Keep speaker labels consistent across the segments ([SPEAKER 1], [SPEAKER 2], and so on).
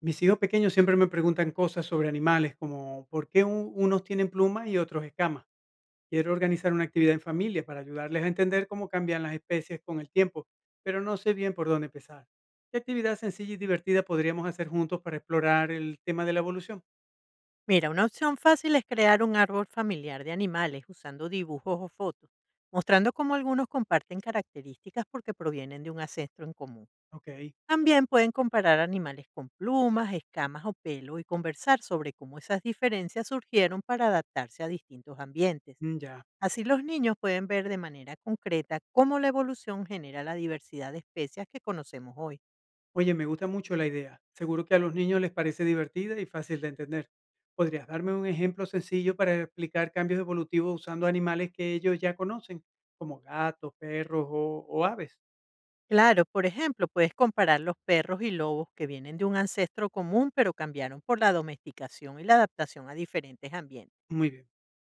[SPEAKER 1] Mis hijos pequeños siempre me preguntan cosas sobre animales, como por qué unos tienen plumas y otros escamas. Quiero organizar una actividad en familia para ayudarles a entender cómo cambian las especies con el tiempo, pero no sé bien por dónde empezar. ¿Qué actividad sencilla y divertida podríamos hacer juntos para explorar el tema de la evolución?
[SPEAKER 2] Mira, una opción fácil es crear un árbol familiar de animales usando dibujos o fotos, mostrando cómo algunos comparten características porque provienen de un ancestro en común.
[SPEAKER 1] Ok,
[SPEAKER 2] También pueden comparar animales con plumas, escamas o pelo y conversar sobre cómo esas diferencias surgieron para adaptarse a distintos ambientes.
[SPEAKER 1] mm, ya.
[SPEAKER 2] Así los niños pueden ver de manera concreta cómo la evolución genera la diversidad de especies que conocemos hoy.
[SPEAKER 1] Oye, me gusta mucho la idea. Seguro que a los niños les parece divertida y fácil de entender. ¿Podrías darme un ejemplo sencillo para explicar cambios evolutivos usando animales que ellos ya conocen, como gatos, perros o aves?
[SPEAKER 2] Claro, por ejemplo, puedes comparar los perros y lobos que vienen de un ancestro común pero cambiaron por la domesticación y la adaptación a diferentes ambientes.
[SPEAKER 1] Muy bien,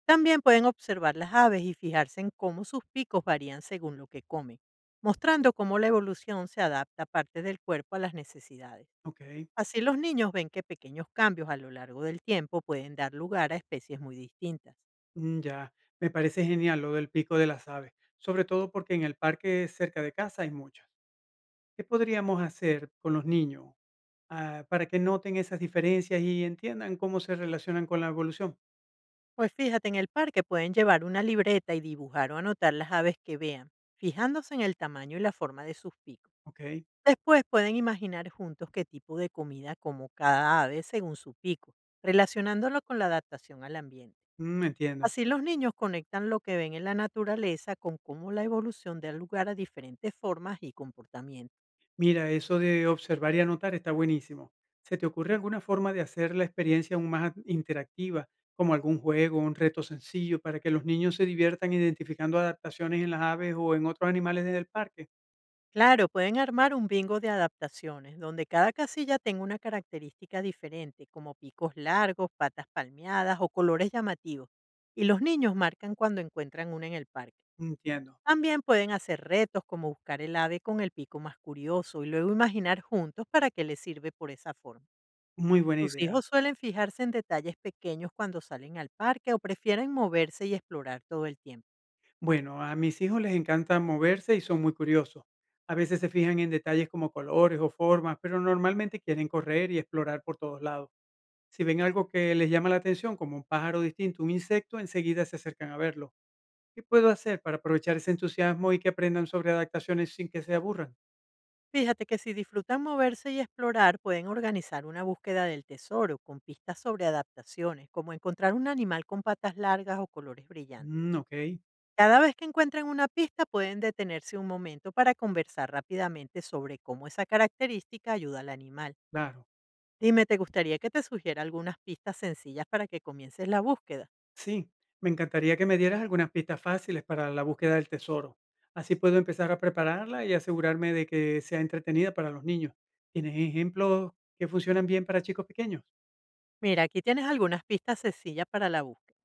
[SPEAKER 2] También pueden observar las aves y fijarse en cómo sus picos varían según lo que comen, mostrando cómo la evolución se adapta a partes del cuerpo a las necesidades.
[SPEAKER 1] ok,
[SPEAKER 2] Así los niños ven que pequeños cambios a lo largo del tiempo pueden dar lugar a especies muy distintas.
[SPEAKER 1] mm, ya. Me parece genial lo del pico de las aves, sobre todo porque en el parque cerca de casa hay muchas. ¿Qué podríamos hacer con los niños para que noten esas diferencias y entiendan cómo se relacionan con la evolución?
[SPEAKER 2] Pues fíjate, en el parque pueden llevar una libreta y dibujar o anotar las aves que vean, fijándose en el tamaño y la forma de sus picos.
[SPEAKER 1] Ok,
[SPEAKER 2] Después pueden imaginar juntos qué tipo de comida como cada ave según su pico, relacionándolo con la adaptación al ambiente.
[SPEAKER 1] mm, entiendo.
[SPEAKER 2] Así los niños conectan lo que ven en la naturaleza con cómo la evolución da lugar a diferentes formas y comportamientos.
[SPEAKER 1] Mira, eso de observar y anotar está buenísimo. ¿Se te ocurre alguna forma de hacer la experiencia aún más interactiva, como algún juego, un reto sencillo, para que los niños se diviertan identificando adaptaciones en las aves o en otros animales del parque?
[SPEAKER 2] Claro, pueden armar un bingo de adaptaciones, donde cada casilla tenga una característica diferente, como picos largos, patas palmeadas o colores llamativos, y los niños marcan cuando encuentran una en el parque.
[SPEAKER 1] Entiendo,
[SPEAKER 2] También pueden hacer retos como buscar el ave con el pico más curioso y luego imaginar juntos para qué le sirve por esa forma.
[SPEAKER 1] muy buena
[SPEAKER 2] Tus
[SPEAKER 1] idea.
[SPEAKER 2] hijos suelen fijarse en detalles pequeños cuando salen al parque o prefieren moverse y explorar todo el tiempo.
[SPEAKER 1] Bueno, a mis hijos les encanta moverse y son muy curiosos. A veces se fijan en detalles como colores o formas, pero normalmente quieren correr y explorar por todos lados. Si ven algo que les llama la atención, como un pájaro distinto, un insecto, enseguida se acercan a verlo. ¿Qué puedo hacer para aprovechar ese entusiasmo y que aprendan sobre adaptaciones sin que se aburran?
[SPEAKER 2] Fíjate que si disfrutan moverse y explorar, pueden organizar una búsqueda del tesoro con pistas sobre adaptaciones, como encontrar un animal con patas largas o colores brillantes.
[SPEAKER 1] Mm, ok,
[SPEAKER 2] Cada vez que encuentren una pista, pueden detenerse un momento para conversar rápidamente sobre cómo esa característica ayuda al animal.
[SPEAKER 1] claro.
[SPEAKER 2] Dime, ¿te gustaría que te sugiera algunas pistas sencillas para que comiences la búsqueda?
[SPEAKER 1] Sí, me encantaría que me dieras algunas pistas fáciles para la búsqueda del tesoro. Así puedo empezar a prepararla y asegurarme de que sea entretenida para los niños. ¿Tienes ejemplos que funcionan bien para chicos pequeños?
[SPEAKER 2] Mira, aquí tienes algunas pistas sencillas para la búsqueda.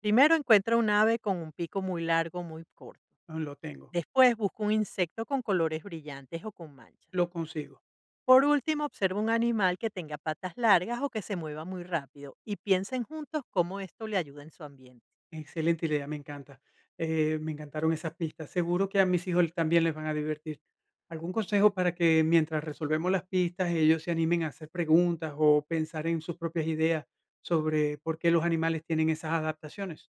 [SPEAKER 2] Primero encuentra un ave con un pico muy largo, muy corto.
[SPEAKER 1] No lo tengo,
[SPEAKER 2] Después busca un insecto con colores brillantes o con manchas.
[SPEAKER 1] lo consigo.
[SPEAKER 2] Por último, observa un animal que tenga patas largas o que se mueva muy rápido y piensen juntos cómo esto le ayuda en su ambiente.
[SPEAKER 1] Excelente idea, me encanta. Me encantaron esas pistas. Seguro que a mis hijos también les van a divertir. ¿Algún consejo para que mientras resolvemos las pistas ellos se animen a hacer preguntas o pensar en sus propias ideas sobre por qué los animales tienen esas adaptaciones?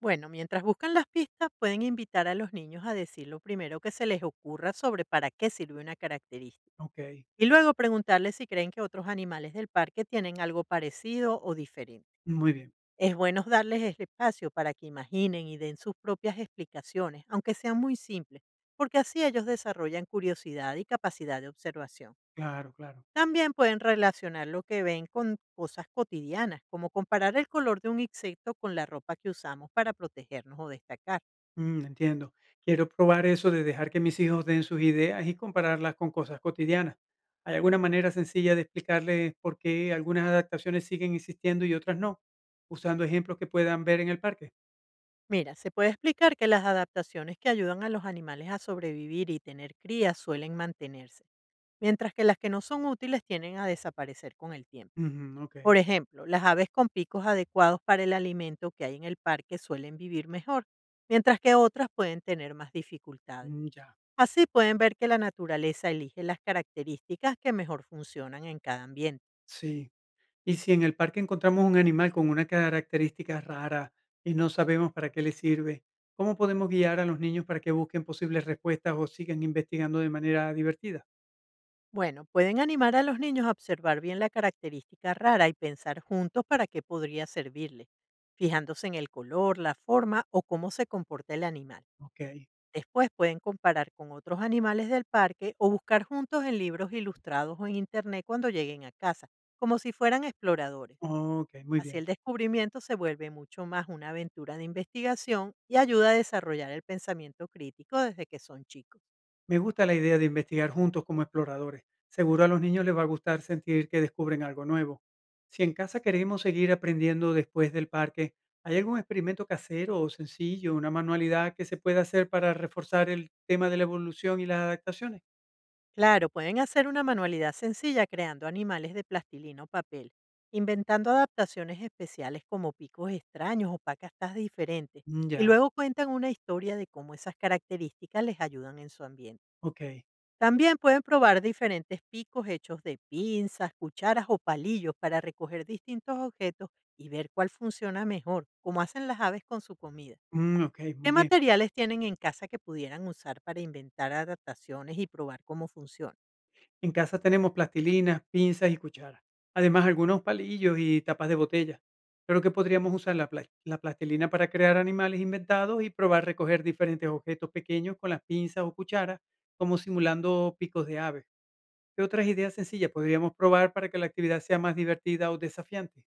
[SPEAKER 2] Bueno, mientras buscan las pistas, pueden invitar a los niños a decir lo primero que se les ocurra sobre para qué sirve una característica.
[SPEAKER 1] Ok,
[SPEAKER 2] Y luego preguntarles si creen que otros animales del parque tienen algo parecido o diferente.
[SPEAKER 1] muy bien,
[SPEAKER 2] Es bueno darles el espacio para que imaginen y den sus propias explicaciones, aunque sean muy simples, porque así ellos desarrollan curiosidad y capacidad de observación.
[SPEAKER 1] claro, claro.
[SPEAKER 2] También pueden relacionar lo que ven con cosas cotidianas, como comparar el color de un insecto con la ropa que usamos para protegernos o destacar.
[SPEAKER 1] Mm, entiendo. Quiero probar eso de dejar que mis hijos den sus ideas y compararlas con cosas cotidianas. ¿Hay alguna manera sencilla de explicarles por qué algunas adaptaciones siguen existiendo y otras no? Usando ejemplos que puedan ver en el parque.
[SPEAKER 2] Mira, se puede explicar que las adaptaciones que ayudan a los animales a sobrevivir y tener crías suelen mantenerse, mientras que las que no son útiles tienden a desaparecer con el tiempo.
[SPEAKER 1] Ujú, ok,
[SPEAKER 2] Por ejemplo, las aves con picos adecuados para el alimento que hay en el parque suelen vivir mejor, mientras que otras pueden tener más dificultades.
[SPEAKER 1] mm, ya,
[SPEAKER 2] Así pueden ver que la naturaleza elige las características que mejor funcionan en cada ambiente.
[SPEAKER 1] sí. Y si en el parque encontramos un animal con una característica rara y no sabemos para qué le sirve, ¿cómo podemos guiar a los niños para que busquen posibles respuestas o sigan investigando de manera divertida?
[SPEAKER 2] Bueno, pueden animar a los niños a observar bien la característica rara y pensar juntos para qué podría servirle, fijándose en el color, la forma o cómo se comporta el animal.
[SPEAKER 1] Ok,
[SPEAKER 2] Después pueden comparar con otros animales del parque o buscar juntos en libros ilustrados o en internet cuando lleguen a casa, como si fueran exploradores.
[SPEAKER 1] ok, muy
[SPEAKER 2] Así
[SPEAKER 1] bien.
[SPEAKER 2] el descubrimiento se vuelve mucho más una aventura de investigación y ayuda a desarrollar el pensamiento crítico desde que son chicos.
[SPEAKER 1] Me gusta la idea de investigar juntos como exploradores. Seguro a los niños les va a gustar sentir que descubren algo nuevo. Si en casa queremos seguir aprendiendo después del parque, ¿hay algún experimento casero o sencillo, una manualidad que se pueda hacer para reforzar el tema de la evolución y las adaptaciones?
[SPEAKER 2] Claro, pueden hacer una manualidad sencilla creando animales de plastilina o papel, inventando adaptaciones especiales como picos extraños o pacastas diferentes,
[SPEAKER 1] Mm,
[SPEAKER 2] y
[SPEAKER 1] ya,
[SPEAKER 2] luego cuentan una historia de cómo esas características les ayudan en su ambiente.
[SPEAKER 1] ok.
[SPEAKER 2] También pueden probar diferentes picos hechos de pinzas, cucharas o palillos para recoger distintos objetos y ver cuál funciona mejor, como hacen las aves con su comida.
[SPEAKER 1] Mm, ok,
[SPEAKER 2] ¿Qué
[SPEAKER 1] muy bien.
[SPEAKER 2] materiales tienen en casa que pudieran usar para inventar adaptaciones y probar cómo funciona?
[SPEAKER 1] En casa tenemos plastilinas, pinzas y cucharas. Además, algunos palillos y tapas de botella. Creo que podríamos usar la plastilina para crear animales inventados y probar recoger diferentes objetos pequeños con las pinzas o cucharas, como simulando picos de aves. ¿Qué otras ideas sencillas podríamos probar para que la actividad sea más divertida o desafiante?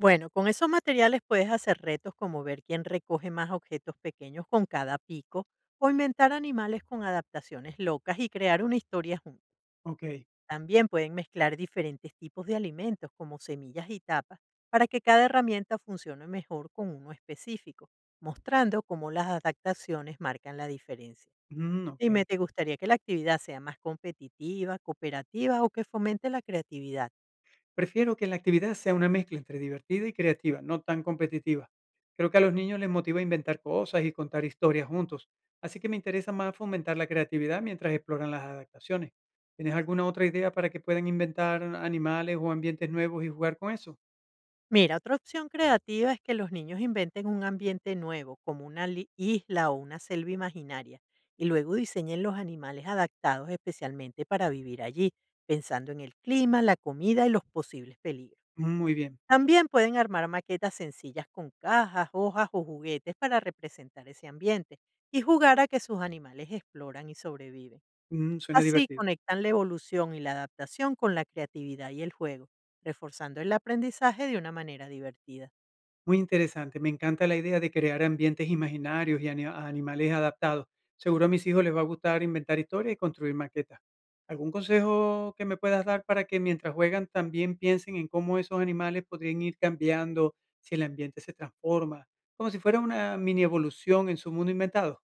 [SPEAKER 2] Bueno, con esos materiales puedes hacer retos como ver quién recoge más objetos pequeños con cada pico o inventar animales con adaptaciones locas y crear una historia juntos.
[SPEAKER 1] Ok,
[SPEAKER 2] También pueden mezclar diferentes tipos de alimentos como semillas y tapas para que cada herramienta funcione mejor con uno específico, mostrando cómo las adaptaciones marcan la diferencia.
[SPEAKER 1] mm, ok.
[SPEAKER 2] Dime, ¿te gustaría que la actividad sea más competitiva, cooperativa o que fomente la creatividad?
[SPEAKER 1] Prefiero que la actividad sea una mezcla entre divertida y creativa, no tan competitiva. Creo que a los niños les motiva inventar cosas y contar historias juntos, así que me interesa más fomentar la creatividad mientras exploran las adaptaciones. ¿Tienes alguna otra idea para que puedan inventar animales o ambientes nuevos y jugar con eso?
[SPEAKER 2] Mira, otra opción creativa es que los niños inventen un ambiente nuevo, como una isla o una selva imaginaria, y luego diseñen los animales adaptados especialmente para vivir allí, pensando en el clima, la comida y los posibles peligros.
[SPEAKER 1] Mm, muy bien,
[SPEAKER 2] También pueden armar maquetas sencillas con cajas, hojas o juguetes para representar ese ambiente y jugar a que sus animales exploran y sobreviven.
[SPEAKER 1] suena
[SPEAKER 2] Así
[SPEAKER 1] divertido.
[SPEAKER 2] conectan la evolución y la adaptación con la creatividad y el juego, reforzando el aprendizaje de una manera divertida.
[SPEAKER 1] Muy interesante, me encanta la idea de crear ambientes imaginarios y a animales adaptados. Seguro a mis hijos les va a gustar inventar historias y construir maquetas. ¿Algún consejo que me puedas dar para que mientras juegan también piensen en cómo esos animales podrían ir cambiando si el ambiente se transforma? Como si fuera una mini evolución en su mundo inventado.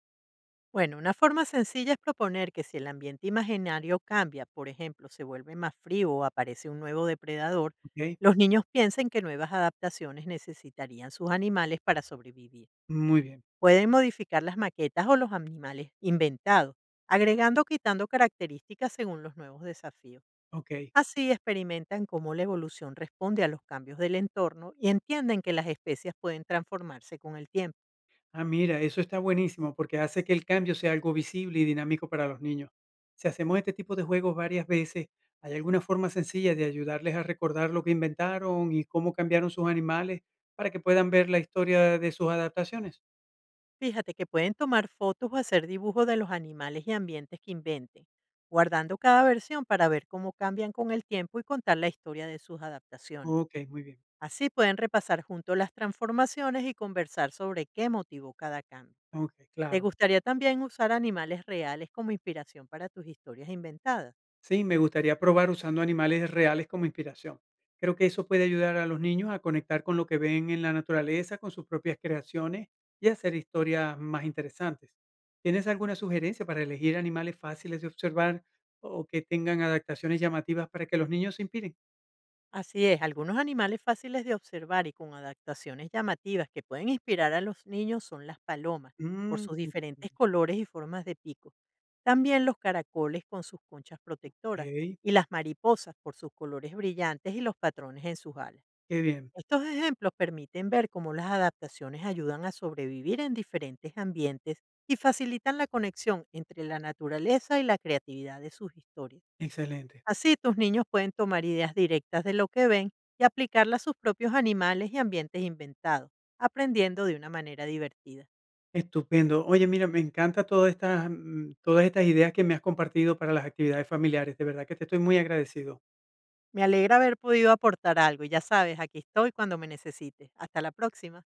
[SPEAKER 2] Bueno, una forma sencilla es proponer que si el ambiente imaginario cambia, por ejemplo, se vuelve más frío o aparece un nuevo depredador,
[SPEAKER 1] Ok,
[SPEAKER 2] los niños piensen que nuevas adaptaciones necesitarían sus animales para sobrevivir.
[SPEAKER 1] muy bien.
[SPEAKER 2] Pueden modificar las maquetas o los animales inventados, agregando o quitando características según los nuevos desafíos.
[SPEAKER 1] Ok.
[SPEAKER 2] Así experimentan cómo la evolución responde a los cambios del entorno y entienden que las especies pueden transformarse con el tiempo.
[SPEAKER 1] Ah, mira, eso está buenísimo porque hace que el cambio sea algo visible y dinámico para los niños. Si hacemos este tipo de juegos varias veces, ¿hay alguna forma sencilla de ayudarles a recordar lo que inventaron y cómo cambiaron sus animales para que puedan ver la historia de sus adaptaciones?
[SPEAKER 2] Fíjate que pueden tomar fotos o hacer dibujos de los animales y ambientes que inventen, guardando cada versión para ver cómo cambian con el tiempo y contar la historia de sus adaptaciones.
[SPEAKER 1] Ok, muy bien.
[SPEAKER 2] Así pueden repasar juntos las transformaciones y conversar sobre qué motivó cada cambio.
[SPEAKER 1] Ok,
[SPEAKER 2] ¿Te
[SPEAKER 1] claro.
[SPEAKER 2] gustaría también usar animales reales como inspiración para tus historias inventadas?
[SPEAKER 1] Sí, me gustaría probar usando animales reales como inspiración. Creo que eso puede ayudar a los niños a conectar con lo que ven en la naturaleza, con sus propias creaciones y hacer historias más interesantes. ¿Tienes alguna sugerencia para elegir animales fáciles de observar o que tengan adaptaciones llamativas para que los niños se inspiren?
[SPEAKER 2] Así es, algunos animales fáciles de observar y con adaptaciones llamativas que pueden inspirar a los niños son las palomas, por
[SPEAKER 1] Mm,
[SPEAKER 2] sus diferentes colores y formas de pico. También los caracoles con sus conchas protectoras
[SPEAKER 1] ok,
[SPEAKER 2] y las mariposas por sus colores brillantes y los patrones en sus alas.
[SPEAKER 1] qué bien,
[SPEAKER 2] Estos ejemplos permiten ver cómo las adaptaciones ayudan a sobrevivir en diferentes ambientes y facilitan la conexión entre la naturaleza y la creatividad de sus historias.
[SPEAKER 1] excelente.
[SPEAKER 2] Así tus niños pueden tomar ideas directas de lo que ven y aplicarlas a sus propios animales y ambientes inventados, aprendiendo de una manera divertida.
[SPEAKER 1] Estupendo. Oye, mira, me encanta todas estas, todas estas ideas que me has compartido para las actividades familiares. De verdad que te estoy muy agradecido.
[SPEAKER 2] Me alegra haber podido aportar algo y ya sabes, aquí estoy cuando me necesites. Hasta la próxima.